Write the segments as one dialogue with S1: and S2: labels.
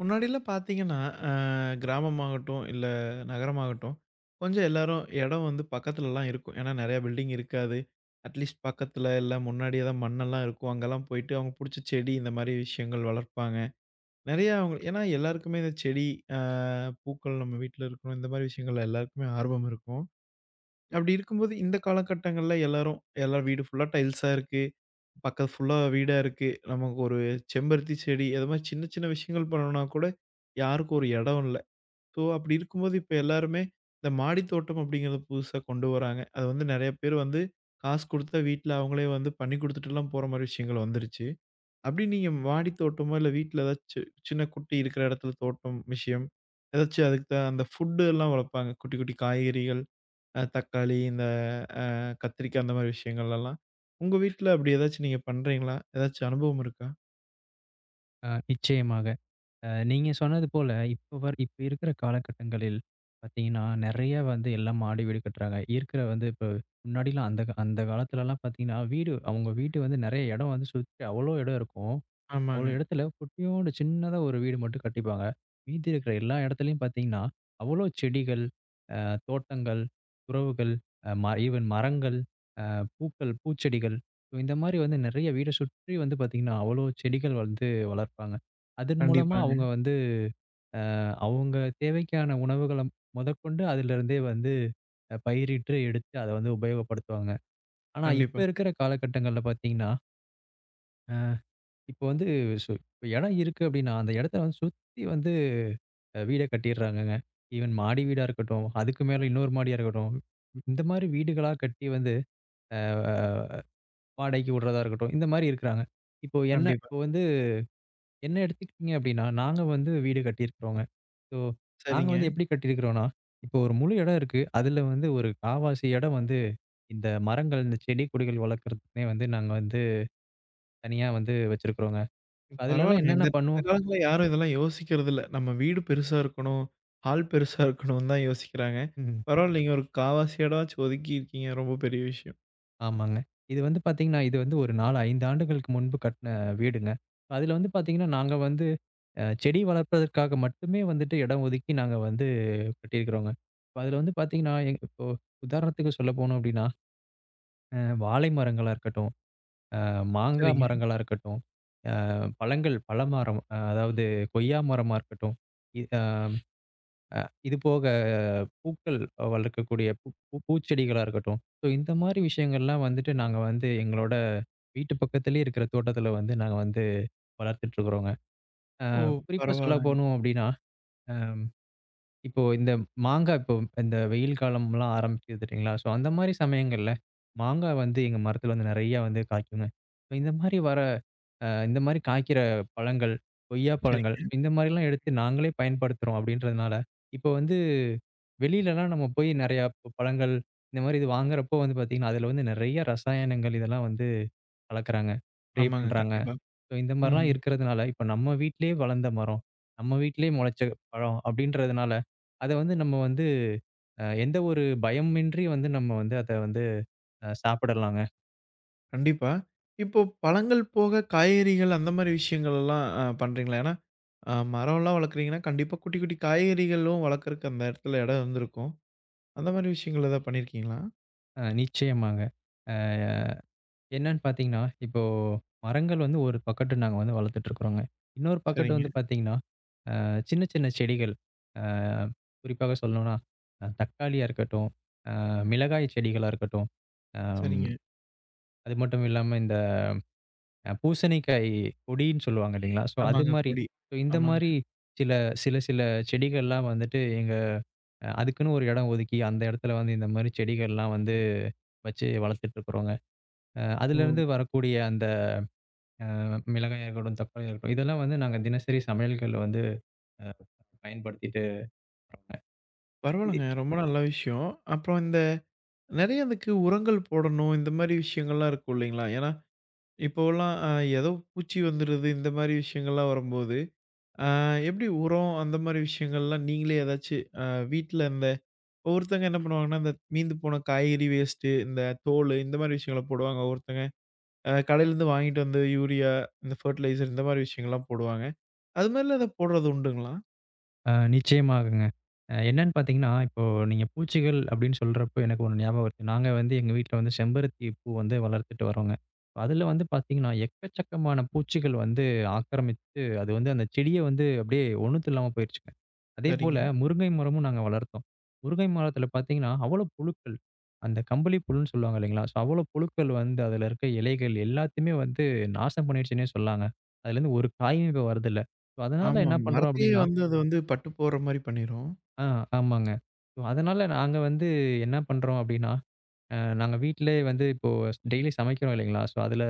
S1: முன்னாடிலாம் பார்த்தீங்கன்னா, அ கிராமமாகட்டும், இல்ல நகரமாகட்டும், கொஞ்சம் எல்லாரும் இடம் வந்து பக்கத்துலலாம் இருக்கும். ஏன்னா நெறைய பில்டிங் இருக்காது. அட்லீஸ்ட் பக்கத்துல இல்ல முன்னாடியே தான் மண்ணெல்லாம் இருக்கும். அங்கெல்லாம் போயிட்டு அவங்க புடிச்ச செடி இந்த மாரி விஷயங்கள் வளர்ப்பாங்க. நெறையா அவங்க ஏன்னா எல்லாருக்குமே இந்த செடி, அ பூக்கள் நம்ம வீட்ல இருக்கணும். இந்த மாரி விஷயங்கள்ல எல்லாருக்குமே ஆர்வம் இருக்கும். அப்படி இருக்கும்போது இந்த காலகட்டங்கள்ல எல்லாரும் எல்லா வீடு ஃபுல்லா டைல்ஸா இருக்கு. பக்கத்து ஃபுல்லா வீடா இருக்கு. நமக்கு ஒரு செம்பருத்தி செடி, அது மாரி சின்ன சின்ன விஷயங்கள் பண்ணணும்னா கூட யாருக்கும் ஒரு இடம் இல்ல. ஸோ அப்படி இருக்கும்போது இப்ப எல்லாருமே இந்த மாடி தோட்டம் அப்படிங்கிறத புதுசா கொண்டு வராங்க. அது வந்து நெறைய பேர் வந்து காசு குடுத்தா வீட்ல அவங்களே வந்து பண்ணி குடுத்துட்டுலாம் போற மாரி விஷயங்கள் வந்துருச்சு. அப்படி நீங்க மாடி தோட்டமோ இல்ல வீட்ல ஏதாச்சும் சின்ன குட்டி இருக்கிற இடத்துல தோட்டம் விஷயம், ஏதாச்சும் அதுக்கு தான் அந்த ஃபுட் எல்லாம் வளர்ப்பாங்க. குட்டி குட்டி காய்கறிகள், தக்காளி, இந்த அ கத்திரிக்காய் அந்த மாரி விஷயங்கள்லலாம். உங்க வீட்ல அப்படி ஏதாச்சும் நீங்க பண்றீங்களா? ஏதாச்சும் அனுபவம் இருக்கா?
S2: நிச்சயமாக. நீங்க சொன்னது போல, இப்ப இருக்கிற காலகட்டங்களில் பார்த்தீங்கன்னா, நெறைய வந்து எல்லாம் மாடி வீடு கட்டுறாங்க. இருக்கிற வந்து இப்ப முன்னாடிலாம் அந்த காலத்துலலாம் பார்த்தீங்கன்னா, வீடு அவங்க வீட்டு வந்து நெறைய இடம் வந்து சுத்தி அவ்வளோ இடம் இருக்கும். அவ்வளோ
S1: ஆமாங்க.
S2: இடத்துல குட்டியோண்டு சின்னதா ஒரு வீடு மட்டும் கட்டிப்பாங்க. மீதி இருக்கிற எல்லா இடத்துலயும் பார்த்தீங்கன்னா, அவ்வளோ செடிகள், தோட்டங்கள், உறவுகள், அ ம ஈவன் மரங்கள் பூக்கள், பூச்செடிகள். ஸோ இந்த மாரி வந்து நெறைய வீட சுற்றி வந்து பார்த்தீங்கன்னா, அவ்வளோ செடிகள் வந்து வளர்ப்பாங்க. அதன் மூலமா
S1: கண்டிப்பாங்க.
S2: அவங்க வந்து அவங்க தேவைக்கான உணவுகள முதற்கொண்டு அதிலிருந்தே வந்து பயிரிட்டு எடுத்து அத வந்து உபயோகப்படுத்துவாங்க. ஆனா, இப்ப
S1: கண்டிப்பா,
S2: இருக்கிற காலகட்டங்கள்ல பார்த்தீங்கன்னா, இப்ப வந்து இப்ப இடம் இருக்கு அப்டின்னா, அந்த இடத்த வந்து சுத்தி வந்து வீட கட்டிர்றாங்கங்க. ஈவன் மாடி வீடா இருக்கட்டும், அதுக்கு மேல இன்னொரு மாடியா இருக்கட்டும். இந்த மாரி வீடுகளா கட்டி வந்து அ வாடகைக்கு விடுறதா இருக்கட்டும். இந்த மாரி இருக்கிறாங்க. இப்போ என்ன
S1: கண்டிப்பா.
S2: இப்போ வந்து என்ன எடுத்துக்கிட்டீங்க அப்படின்னா, நாங்க வந்து வீடு கட்டியிருக்கிறோங்க. ஸோ, நாங்க
S1: சரிங்க.
S2: வந்து எப்படி கட்டியிருக்கிறோம்னா, இப்போ ஒரு முழு இடம் இருக்கு. அதுல வந்து ஒரு காவாசி இடம் வந்து இந்த மரங்கள், இந்த செடி கொடிகள் வளர்க்கறதுக்குன்னே வந்து நாங்க வந்து தனியா வந்து வச்சிருக்கிறோங்க. அதுலலாம்
S1: பரவால்லங்க.
S2: என்னென்ன
S1: இந்த இந்த
S2: பண்ணுவோம்.
S1: காலத்துல யாரும் இதெல்லாம் யோசிக்கிறதில்ல. நம்ம வீடு பெருசா இருக்கணும், ஹால் பெருசா இருக்கணும்னு தான் யோசிக்கிறாங்க.
S2: ம்.
S1: பரவால்ல நீங்க ஒரு 1/4வாசி இடமாச்சும் ஒதுக்கி இருக்கீங்க. ரொம்ப பெரிய விஷயம்.
S2: ஆமாங்க. இது வந்து பார்த்தீங்கன்னா, இது வந்து ஒரு 4, 5 ஆண்டுகளுக்கு முன்பு கட்டின வீடுங்க. அதுல வந்து பார்த்தீங்கன்னா, நாங்க வந்து செடி வளர்ப்பதற்காக மட்டுமே வந்துட்டு இடம் ஒதுக்கி நாங்க வந்து கட்டியிருக்கிறோங்க. இப்ப அதுல வந்து பார்த்தீங்கன்னா, இப்போ உதாரணத்துக்கு சொல்லப்போனோம் அப்படின்னா அ வாழை மரங்களா இருக்கட்டும், அ மாங்கா
S1: சரிங்க.
S2: மரங்களா இருக்கட்டும், பழங்கள் பழமரம் அதாவது கொய்யா மரமா இருக்கட்டும், இ அ இது போக பூக்கள் வளர்க்கக்கூடிய பூ பூ பூச்செடிகளா இருக்கட்டும். ஸோ இந்த மாரி விஷயங்கள்லாம் வந்துட்டு நாங்க வந்து எங்களோட வீட்டு பக்கத்திலேயே இருக்கிற தோட்டத்தில வந்து நாங்க வந்து வளர்த்துட்டு இருக்கிறோங்க. அ
S1: ஓ!
S2: குறிப்பா சொல்ல
S1: பரவால்லங்க.
S2: போணும் அப்டின்னா, அ இப்போ இந்த மாங்கா இப்போ இந்த வெயில் காலம்லாம் ஆரம்பிக்குது தெரியுங்களா? ஸோ அந்த மாரி சமயங்கள்ல மாங்கா வந்து எங்க மரத்தில வந்து நெறையா வந்து காய்க்குங்க. இப்போ இந்த மாரி வர இந்த மாரி காய்க்கிற பழங்கள், கொய்யா பழங்கள்
S1: சரிங்க.
S2: so இந்த மாரிலாம் எடுத்து நாங்களே பயன்படுத்துறோம் அப்படின்றதுனால, இப்போ வந்து வெளியிலலாம் நம்ம போய் நெறையா பழங்கள் இந்த மாரி இது வாங்குறப்போ வந்து பார்த்தீங்கன்னா, அதில வந்து நெறைய ரசாயனங்கள் இதெல்லாம் வந்து கலக்குறாங்க. ஸ்ப்ரே
S1: ஆமாங்க.
S2: பண்றாங்க.
S1: கண்டிப்பா.
S2: ஸோ இந்த
S1: ம்.
S2: மாரிலாம் இருக்கிறதுனால, இப்போ நம்ம வீட்டிலேயே வளர்ந்த மரம், நம்ம வீட்டிலேயே முளைச்ச பழம் அப்படின்றதுனால, அத வந்து நம்ம வந்து எந்த ஒரு பயமின்றி வந்து நம்ம வந்து அத வந்து சாப்பிடலாங்க.
S1: கண்டிப்பா. இப்போ பழங்கள் போக காய்கறிகள் அந்த மாரி விஷயங்கள் எல்லாம் பண்றீங்களா? ஏன்னா, மரம்லாம் வளர்க்குறீங்கன்னா, கண்டிப்பா குட்டி, குட்டி காய்கறிகளும் வளர்க்கறக்கு அந்த இடத்துல இடம் இருந்திருக்கும். அந்த மாரி விஷயங்கள் ஏதாவது பண்ணியிருக்கீங்களா?
S2: நிச்சயமாங்க. அ என்னன்னு பார்த்தீங்கன்னா, இப்போ மரங்கள் வந்து ஒரு பக்கட்டு நாங்க வந்து வளர்த்துட்டு இருக்கிறோங்க. இன்னொரு பக்கட்டு
S1: சரிங்க,
S2: வந்து பார்த்தீங்கன்னா, சின்ன சின்ன செடிகள். அ குறிப்பாக சொல்லணும்னா, தக்காளியா இருக்கட்டும், அ மிளகாய் செடிகளா இருக்கட்டும், அம்
S1: சரிங்க.
S2: அது மட்டும் இல்லாம இந்த பூசணிக்காய் கொடின்னு சொல்லுவாங்க இல்லைங்களா? ஸோ அது
S1: ஆமாங்க.
S2: மாரி
S1: கொடி.
S2: ஸோ இந்த
S1: ஆமாங்க.
S2: மாரி சில சில சில செடிகள்லாம் வந்துட்டு எங்க அதுக்குன்னு ஒரு இடம் ஒதுக்கி, அந்த இடத்துல வந்து இந்த மாரி செடிகள்லாம் வந்து வச்சு வளர்த்துட்டு இருக்கிறோங்க.
S1: ஓ!
S2: அதுலேருந்து வரக்கூடிய அந்த மிளகாயா இருக்கட்டும், தக்காளியா இருக்கட்டும். இதெல்லாம் வந்து நாங்க தினசரி சமையல்கள்ல வந்து அ பயன்படுத்திட்டு வரோங்க.
S1: பரவால்லங்க. ரொம்ப நல்ல விஷயம். அப்புறம் இந்த நெறைய அதுக்கு உரங்கள் போடணும். இந்த மாரி விஷயங்கள்லாம் இருக்கும் இல்லைங்களா? ஏன்னா, இப்போலாம் ஏதோ பூச்சி வந்துருது. இந்த மாரி விஷயங்கள்லாம் வரும்போது, அ எப்படி உரம் அந்த மாரி விஷயங்கள்லாம் நீங்களே ஏதாச்சு அ வீட்ல இந்த ஒவ்வொருத்தங்க என்ன பண்ணுவாங்கன்னா, இந்த மீந்து போன காய்கறி வேஸ்ட்டு, இந்த தோலு இந்த மாரி விஷயங்கள போடுவாங்க. ஒவ்வொருத்தங்க கடையிலேருந்து வாங்கிட்டு வந்து யூரியா, இந்த ஃபெர்டிலைசர் இந்த மாரி விஷயங்கள்லாம் போடுவாங்க. அது மாரிலாம் எதா போடுறது உண்டுங்களா?
S2: ஆ நிச்சயமாகங்க. என்னன்னு பார்த்தீங்கன்னா, இப்போ நீங்க பூச்சிகள் அப்படின்னு சொல்றப்போ எனக்கு ஒண்ணு ஞாபகம் வருது. நாங்க வந்து எங்க வீட்ல வந்து செம்பருத்தி பூ வந்து வளர்த்துட்டு வரோங்க. அதுல வந்து பார்த்தீங்கன்னா, எக்கச்சக்கமான பூச்சிகள் வந்து ஆக்கிரமித்து, அது வந்து அந்த செடிய வந்து அப்படியே ஒண்ணுத்து இல்லாம போயிருச்சுங்க. அதேபோல
S1: சரிங்க.
S2: முருங்கை மரமும் நாங்க வளர்த்தோம். முருங்கை மரத்துல பார்த்தீங்கன்னா, அவ்வளோ புழுக்கள். அந்த கம்பளி புழுன்னு சொல்லுவாங்க இல்லைங்களா? ஸோ அவ்வளோ புழுக்கள் வந்து அதுல இருக்க இலைகள் எல்லாத்தையுமே வந்து நாசம் பண்ணிடுச்சுன்னே சொல்லாங்க. அதுலேருந்து ஒரு காயுமே இப்ப வரதில்ல. ஸோ அதனால
S1: ஆமா.
S2: என்ன பண்றோம்
S1: மரத்தையே
S2: அப்படின்னா
S1: வந்து அது வந்து பட்டு போடுற மாரி பண்ணிரும்.
S2: ஆ, ஆமாங்க. ஸோ அதனால நாங்க வந்து என்ன பண்றோம் அப்டின்னா, நாங்க வீட்லயே வந்து இப்போ டெய்லி சமைக்கிறோம் இல்லைங்களா? ஸோ அதுல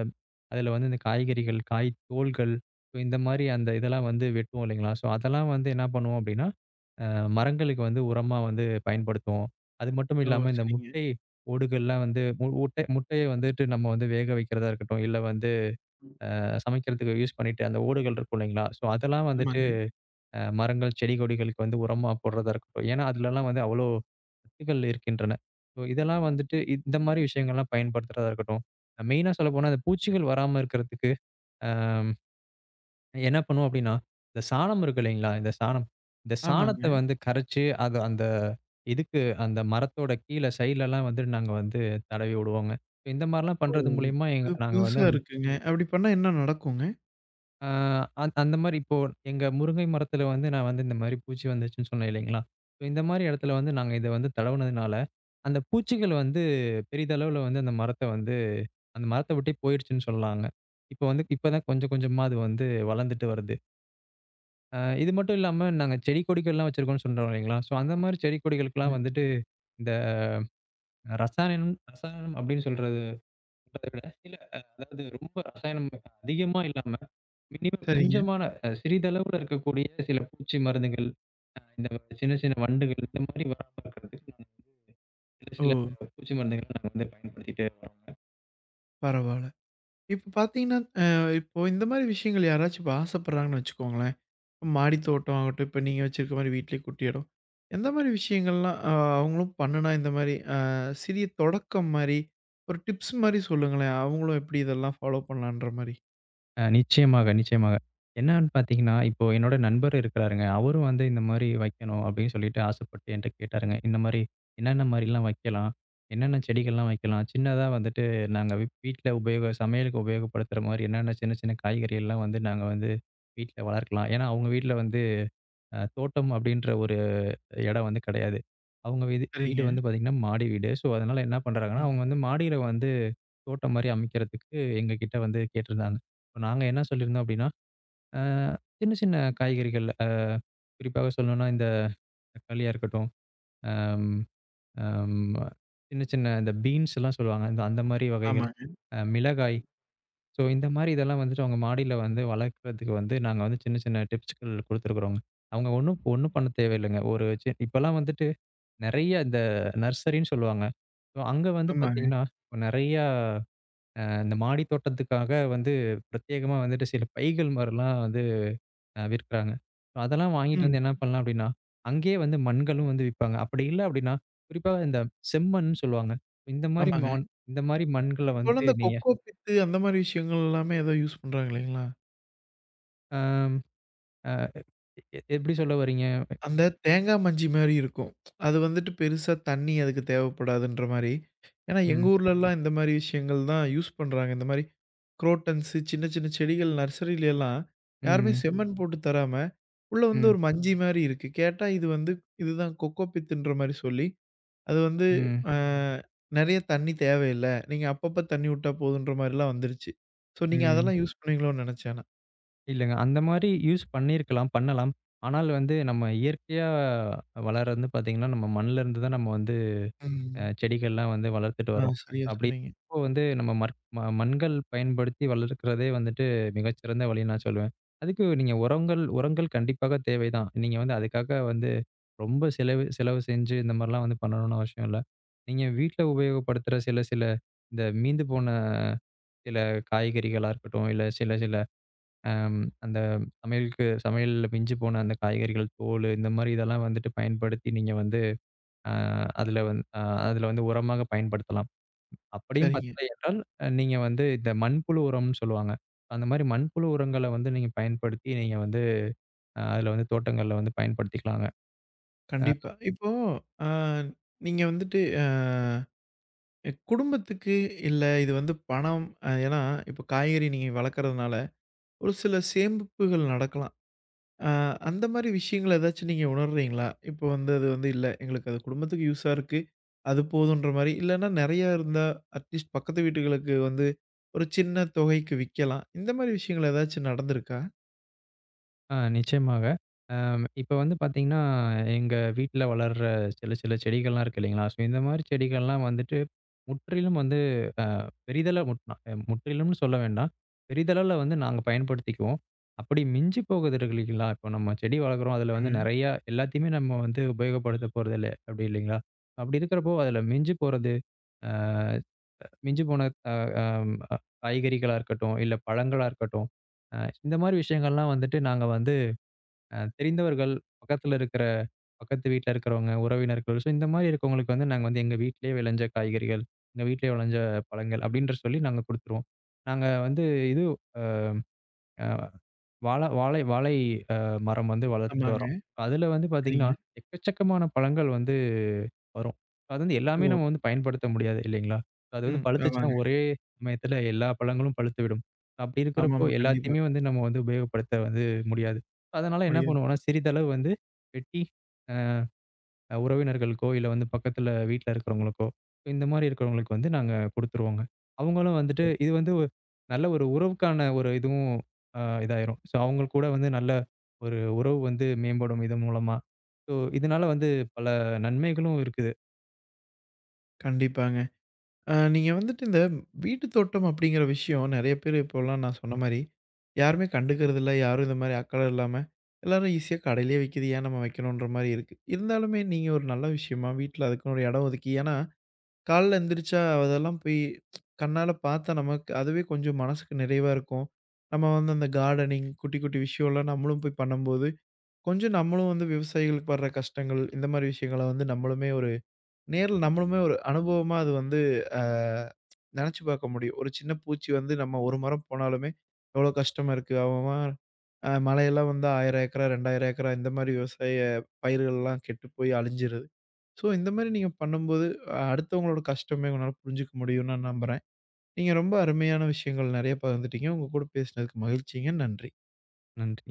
S2: அதுல வந்து இந்த காய்கறிகள், காய் தோல்கள் ஸோ இந்த மாரி அந்த இதெல்லாம் வந்து வெட்டுவோம் இல்லைங்களா? ஸோ அதெல்லாம் வந்து என்ன பண்ணுவோம் அப்டின்னா, அ மரங்களுக்கு வந்து உரமா வந்து பயன்படுத்துவோம். அது மட்டும்
S1: ஓ!
S2: இல்லாம இந்த
S1: சரிங்க.
S2: முட்டை ஓடுகள்லாம் வந்து முட்டை முட்டைய வந்துட்டு நம்ம வந்து வேக வைக்கிறதா இருக்கட்டும், இல்ல வந்து சமைக்கிறதுக்கு யூஸ் பண்ணிட்டு அந்த ஓடுகள் இருக்கும் இல்லைங்களா? ஸோ அதெல்லாம் வந்துட்டு
S1: ஆமாங்க,
S2: மரங்கள், செடி கொடிகளுக்கு வந்து உரமா போடுறதா இருக்கட்டும். ஏன்னா, அதுலலாம் வந்து அவ்வளோ சத்துக்கள் இருக்கின்றன. ஸோ, இதெல்லாம் வந்துட்டு இந்த மாரி விஷயங்கள்லாம் பயன்படுத்துறதா இருக்கட்டும். மெயினா சொல்லப்போனா, அந்த பூச்சிகள் வராம இருக்கிறதுக்கு அ என்ன பண்ணுவோம் அப்டின்னா, இந்த சாணம் இருக்கு இல்லைங்களா? இந்த சாணம். இந்த சாணத்த
S1: ஆமாங்க.
S2: வந்து கரைச்சு, அத அந்த இதுக்கு அந்த மரத்தோட கீழ சைட்லலாம் வந்து நாங்க வந்து தடவி விடுவோங்க. இந்த மாரிலாம்
S1: ஓ!
S2: பண்றது மூலியமா எங்க
S1: இது
S2: நாங்க வந்து
S1: புதுசா
S2: அந்த
S1: இருக்குங்க. அப்படி பண்ணா என்ன நடக்குங்க?
S2: ஆ, அந்த மாரி இப்போ எங்க முருங்கை மரத்துல வந்து நான் வந்து இந்த மாரி பூச்சி வந்துச்சுன்னு சொன்னேன் இல்லைங்களா? So இந்த மாரி இடத்துல வந்து நாங்க இத வந்து தடவுனதுனால, அந்த பூச்சிகள் வந்து பெரிதளவுல வந்து அந்த மரத்த வந்து அந்த மரத்த விட்டே போயிருச்சுன்னு சொல்லலாங்க. இப்ப வந்து இப்ப தான் கொஞ்சம் கொஞ்சமா அது வந்து வளர்ந்துட்டு வருது. இது மட்டும் இல்லாம நாங்க செடி கொடிகள்லாம் வச்சிருக்கோம்னு சொல்றோம் இல்லைங்களா? ஸோ அந்த மாரி செடி கொடிகளுக்கெல்லாம்
S1: ம்.
S2: வந்துட்டு இந்த ரசாயனம் ரசாயனம் அப்படின்னு சொல்ற அத விட இல்ல அதாவது ரொம்ப ரசாயனம் அதிகமா இல்லாம, மினிமம்
S1: சரிங்க.
S2: கொஞ்சமான சிறிதளவுல இருக்கக்கூடிய சில பூச்சி மருந்துகள், இந்த சின்ன சின்ன வண்டுகள் இந்த மாரி வராம இருக்கிறதுக்கு நாங்க வந்து சில
S1: ஓ!
S2: சில பூச்சி மருந்துகள நாங்க வந்து பயன்படுத்திட்டே வரோங்க.
S1: பரவால்ல. இப்ப பார்த்தீங்கன்னா, அ இப்போ இந்த மாரி விஷயங்கள் யாராச்சும் இப்ப ஆசைப்படுறாங்கன்னு வச்சுக்கோங்களேன். மாடி தோட்டம் ஆகட்டும், இப்ப நீங்க வச்சிருக்க மாரி வீட்லயே குட்டி இடம். எந்த மாரி விஷயங்கள்லாம் அவங்களும் பண்ணுனா இந்த மாரி சிறிய தொடக்கம் மாரி, ஒரு டிப்ஸ் மாரி சொல்லுங்களேன். அவங்களும் எப்படி இதெல்லாம் ஃபாலோ பண்ணலான்ற மாரி.
S2: நிச்சயமாக, நிச்சயமாக. என்னன்னு பார்த்தீங்கன்னா, இப்போ என்னோட நண்பர் இருக்கிறாருங்க. அவரும் வந்து இந்த மாரி வைக்கணும் அப்படின்னு சொல்லிட்டு ஆசைப்பட்டு என்ட்ட கேட்டாருங்க. இந்த மாரி என்னென்ன மாரிலாம் வைக்கலாம்? என்னென்ன செடிகள்லாம் வைக்கலாம்? சின்னதா வந்துட்டு நாங்க வீட்ல உபயோக சமையலுக்கு உபயோகப்படுத்துற மாரி என்னென்ன சின்ன சின்ன காய்கறிகள்லாம் வந்து நாங்க வந்து வீட்ல வளர்க்கலாம். ஏன்னா அவங்க வீட்ல வந்து தோட்டம் அப்படின்ற இடம் வந்து கிடையாது. அவங்க வீதி வீடு
S1: சரிங்க.
S2: வந்து பார்த்தீங்கன்னா, மாடி வீடு. ஸோ, அதனால என்ன பண்றாங்கன்னா,
S1: ம்.
S2: அவங்க வந்து மாடியில வந்து தோட்டம் மாரி அமைக்கிறதுக்கு எங்ககிட்ட வந்து கேட்டிருந்தாங்க. இப்ப நாங்க என்ன சொல்லியிருந்தோம் அப்டின்னா, அ சின்ன சின்ன காய்கறிகள் குறிப்பாக சொல்லணும்னா, இந்த தக்காளியா இருக்கட்டும், அம் அம் சின்ன சின்ன இந்த பீன்ஸ்லாம் சொல்லுவாங்க. இந்த அந்த மாரி வகைகள்,
S1: ஆமாங்க,
S2: மிளகாய். ஸோ, இந்த மாரி இதெல்லாம் வந்துட்டு அவங்க மாடியில வந்து வளர்க்கிறதுக்கு வந்து நாங்க வந்து சின்ன சின்ன டிப்ஸ்கள் குடுத்துருக்குறோங்க. அவங்க ஒண்ணும் ஒண்ணும் பண்ண தேவையில்லைங்க. ஒரு சி இப்பலாம் வந்துட்டு நெறைய இந்த நர்சரின்னு சொல்லுவாங்க. ஸோ அங்க வந்து
S1: ஆமாங்க.
S2: பார்த்தீங்கன்னா, நெறையா இந்த மாடி தோட்டத்துக்காக வந்து பிரத்யேகமா வந்துட்டு சில பைகள் மாரிலாம் வந்து விற்கிறாங்க. ஸோ அதெல்லாம் வாங்கிட்டு
S1: ம்.
S2: வந்து என்ன பண்ணலாம் அப்டின்னா, அங்கேயே வந்து மண்களும் வந்து விப்பாங்க. அப்படி இல்ல அப்டின்னா, குறிப்பா இந்த செம்மண்ன்னு சொல்லுவாங்க. இந்த மாரி
S1: ஆமாங்க.
S2: இந்த மாரி மண்கள
S1: இப்போலாம்
S2: வந்து
S1: இந்த
S2: நீங்க
S1: கொக்கோ பித்து அந்த மாரி விஷயங்கள் எல்லாமே ஏதோ யூஸ் பண்றாங்க இல்லைங்களா?
S2: ஆம் அ எ எப்படி சொல்ல வரீங்க?
S1: அந்த தேங்காய் மஞ்சி மாரி இருக்கும். அது வந்துட்டு பெருசா தண்ணி அதுக்கு தேவைப்படாதுன்ற மாரி. ஏன்னா எங்க
S2: ம்,
S1: ஊர்லலாம் இந்த மாரி விஷயங்கள் தான் யூஸ் பண்றாங்க. இந்த மாரி குரோட்டன்ஸு சின்ன சின்ன செடிகள் நர்சரியிலலாம் யாருமே
S2: ம்,
S1: செம்மண் போட்டு தராம, உள்ள வந்து
S2: ம்,
S1: ஒரு மஞ்சி மாரி இருக்கு. கேட்டா இது வந்து இதுதான் கொக்கோ பித்துன்ற மாரி சொல்லி, அது வந்து
S2: ம்,
S1: அ நெறைய தண்ணி தேவையில்ல. நீங்க அப்பப்ப தண்ணி விட்டா போதுன்ற மாரிலாம் வந்துருச்சு. ஸோ நீங்க
S2: ம்.
S1: அதெல்லாம் யூஸ் பண்ணுவீங்களோன்னு நெனச்சேன் நான்.
S2: இல்லங்க. அந்த மாரி யூஸ் பண்ணியிருக்கலாம், பண்ணலாம். ஆனால் வந்து நம்ம இயற்கையா வளர்றது வந்து பார்த்தீங்கன்னா, நம்ம மண்ல இருந்து தான் நம்ம வந்து
S1: ம்.
S2: செடிகள்லாம் வந்து வளர்த்துட்டு
S1: ஆ
S2: வரோம்.
S1: சரியா
S2: அப்படி
S1: சொன்னீங்க.
S2: இப்போ வந்து நம்ம மற் ம மண்கள் பயன்படுத்தி வளர்க்கிறதே வந்துட்டு மிகச்சிறந்த வழின்னு நான் சொல்லுவேன். அதுக்கு நீங்க உரங்கள் உரங்கள் கண்டிப்பாக தேவைதான். நீங்க வந்து அதுக்காக வந்து ரொம்ப செலவு செலவு செஞ்சு இந்த மாரிலாம் வந்து பண்ணணும்னு அவசியம் இல்ல. நீங்க வீட்ல உபயோகப்படுத்துற சில சில இந்த மீந்து போன சில காய்கறிகளா இருக்கட்டும், இல்ல சில சில அம் அந்த சமையலுக்கு சமையல்ல மிஞ்சி போன அந்த காய்கறிகள் தோலு, இந்த மாரி இதெல்லாம் வந்துட்டு பயன்படுத்தி நீங்க வந்து அ அதுல வந் அ அதுல வந்து உரமாக பயன்படுத்தலாம். அப்படியும்
S1: சரிங்க.
S2: பத்தலை என்றால், நீங்க வந்து இந்த மண்புழு உரம்னு சொல்லுவாங்க. அந்த மாரி மண்புழு உரங்கள வந்து நீங்க பயன்படுத்தி, நீங்க வந்து அதுல வந்து தோட்டங்கள்ல வந்து பயன்படுத்திக்கலாங்க. அ
S1: கண்டிப்பா. இப்போ அ நீங்க வந்துட்டு குடும்பத்துக்கு இல்ல இது வந்து பணம் ஏன்னா, இப்போ காய்கறி நீங்க வளர்க்கறதுனால ஒரு சில சேமிப்புகள் நடக்கலாம். ஆ, அந்த மாரி விஷயங்கள ஏதாச்சும் நீங்க உணர்றீங்களா? இப்போ வந்து அது வந்து இல்ல, எங்களுக்கு அது குடும்பத்துக்கு யூஸா இருக்கு. அது போதுன்ற மாரி. இல்லன்னா நெறையா இருந்தா, அட்லீஸ்ட் பக்கத்து வீட்டுகளுக்கு வந்து ஒரு சின்ன தொகைக்கு விக்கலாம். இந்த மாரி விஷயங்கள் ஏதாச்சும் நடந்திருக்கா?
S2: ஆ நிச்சயமாக. இப்ப வந்து பாத்தீங்கன்னா, எங்க வீட்ல வளர்ற சில சில செடிகள்லாம் இருக்கு இல்லைங்களா? ஸோ இந்த மாரி செடிகள்லாம் வந்துட்டு முற்றிலும் வந்து அ பெரிதள முட் அ முற்றிலும்னு சொல்ல வேண்டாம். பெரிதளவுல வந்து நாங்க பயன்படுத்திக்குவோம். அப்படி மிஞ்சி போகுது இருக்கு இல்லைங்களா? இப்போ நம்ம செடி வளர்க்குறோம். அதில வந்து
S1: ஆமாங்க,
S2: நெறையா எல்லாத்தையுமே நம்ம வந்து உபயோகப்படுத்த போறதில்ல. அப்படி இல்லைங்களா? அப்படி இருக்கிறப்போ அதில மிஞ்சி போறது, அ மிஞ்சி போன அ அம் அ காய்கறிகளா இருக்கட்டும், இல்ல பழங்களா இருக்கட்டும், அ இந்த மாரி விஷயங்கள்லாம் வந்துட்டு நாங்க வந்து தெரிந்தவர்கள், பக்கத்துல இருக்கிற பக்கத்து வீட்ல இருக்கிறவங்க, உறவினர்கள். ஸோ, இந்த மாரி இருக்கவங்களுக்கு வந்து நாங்க வந்து எங்க வீட்லயே விளைஞ்ச காய்கறிகள், எங்க வீட்லயே விளைஞ்ச பழங்கள் அப்டின்ற சொல்லி நாங்க குடுத்துருவோம். நாங்க வந்து இது அ வாழை வாழை வாழை அ மரம் வந்து வளர்த்துட்டு
S1: ஆமாங்க.
S2: வரோம். அதுல வந்து பாத்தீங்கன்னா,
S1: சரிங்க.
S2: எக்கச்சக்கமான பழங்கள் வந்து வரும். அது வந்து எல்லாமே
S1: ஓ!
S2: நம்ம வந்து பயன்படுத்த முடியாது இல்லைங்களா? அது வந்து
S1: ம்.
S2: பழுத்துச்சுன்னா
S1: ஆமாங்க.
S2: ஒரே சமயத்துல எல்லா பழங்களும் பழுத்துவிடும். அப்படி இருக்கிறப்போ
S1: ஆமாமா. கண்டிப்பா.
S2: எல்லாத்தையுமே வந்து நம்ம வந்து உபயோகப்படுத்த வந்து முடியாது. அதனால என்ன
S1: முடியாது.
S2: பண்ணுவோம்னா, சிறிதளவு வந்து வெட்டி அ உறவினர்களுக்கோ, இல்ல வந்து பக்கத்துல வீட்ல இருக்கிறவங்களுக்கோ, இந்த மாரி இருக்கிறவங்களுக்கு வந்து நாங்க குடுத்துருவோங்க. அவங்களும் வந்துட்டு
S1: ஓ!
S2: இது வந்து நல்ல ஒரு உறவுக்கான ஒரு இதுவும் அ இதாயிரும். ஸோ அவங்க கூட வந்து நல்ல ஒரு உறவு வந்து மேம்படும் இது மூலமா. ஸோ இதனால வந்து பல நன்மைகளும் இருக்குது.
S1: கண்டிப்பாங்க. நீங்க வந்துட்டு இந்த வீட்டு தோட்டம் அப்படிங்கிற விஷயம் நெறைய பேர் இப்போலாம் நான் சொன்ன மாரி, யாருமே கண்டுக்கிறதில்ல. யாரும் இந்த மாரி அக்கறை இல்லாம, எல்லாரும் ஈஸியா கடையிலேயே விக்குது. ஏன் நம்ம வைக்கணுன்ற மாரி இருக்கு. இருந்தாலுமே நீங்க ஒரு நல்ல விஷயமா வீட்ல அதுக்குன்னு ஒரு இடம் ஒதுக்கி ஏன்னா, காலைல எந்திரிச்சா அதெல்லாம் போய் கண்ணால பார்த்தா நமக்கு அதுவே கொஞ்சம் மனசுக்கு நிறைவா இருக்கும். நம்ம வந்து அந்த கார்டனிங் குட்டி, குட்டி விஷயம்லாம் நம்மளும் போய் பண்ணும்போது, கொஞ்சம் நம்மளும் வந்து விவசாயிகளுக்கு படுற கஷ்டங்கள், இந்த மாரி விஷயங்கள வந்து நம்மளுமே ஒரு நேர்ல நம்மளுமே ஒரு அனுபவமா அது வந்து அ நெனச்சு பார்க்க முடியும். ஒரு சின்ன பூச்சி வந்து நம்ம ஒரு மரம் போனாலுமே எவ்வளோ கஷ்டமா இருக்கு. அவன் அவன் மழையெல்லாம் வந்தா 1000 ஏக்கரா, 2000 ஏக்கரா இந்த மாரி விவசாய பயிர்கள்லாம் கெட்டு போய் அழிஞ்சிருது. ஸோ இந்த மாரி நீங்க பண்ணும்போது, அடுத்தவங்களோட கஷ்டமே உங்களால புரிஞ்சுக்க முடியும்னு நான் நம்புறேன். நீங்க ரொம்ப அருமையான விஷயங்கள் நெறைய பகிர்ந்துட்டீங்க. உங்க கூட பேசினதுக்கு மகிழ்ச்சிங்க. நன்றி.
S2: நன்றி.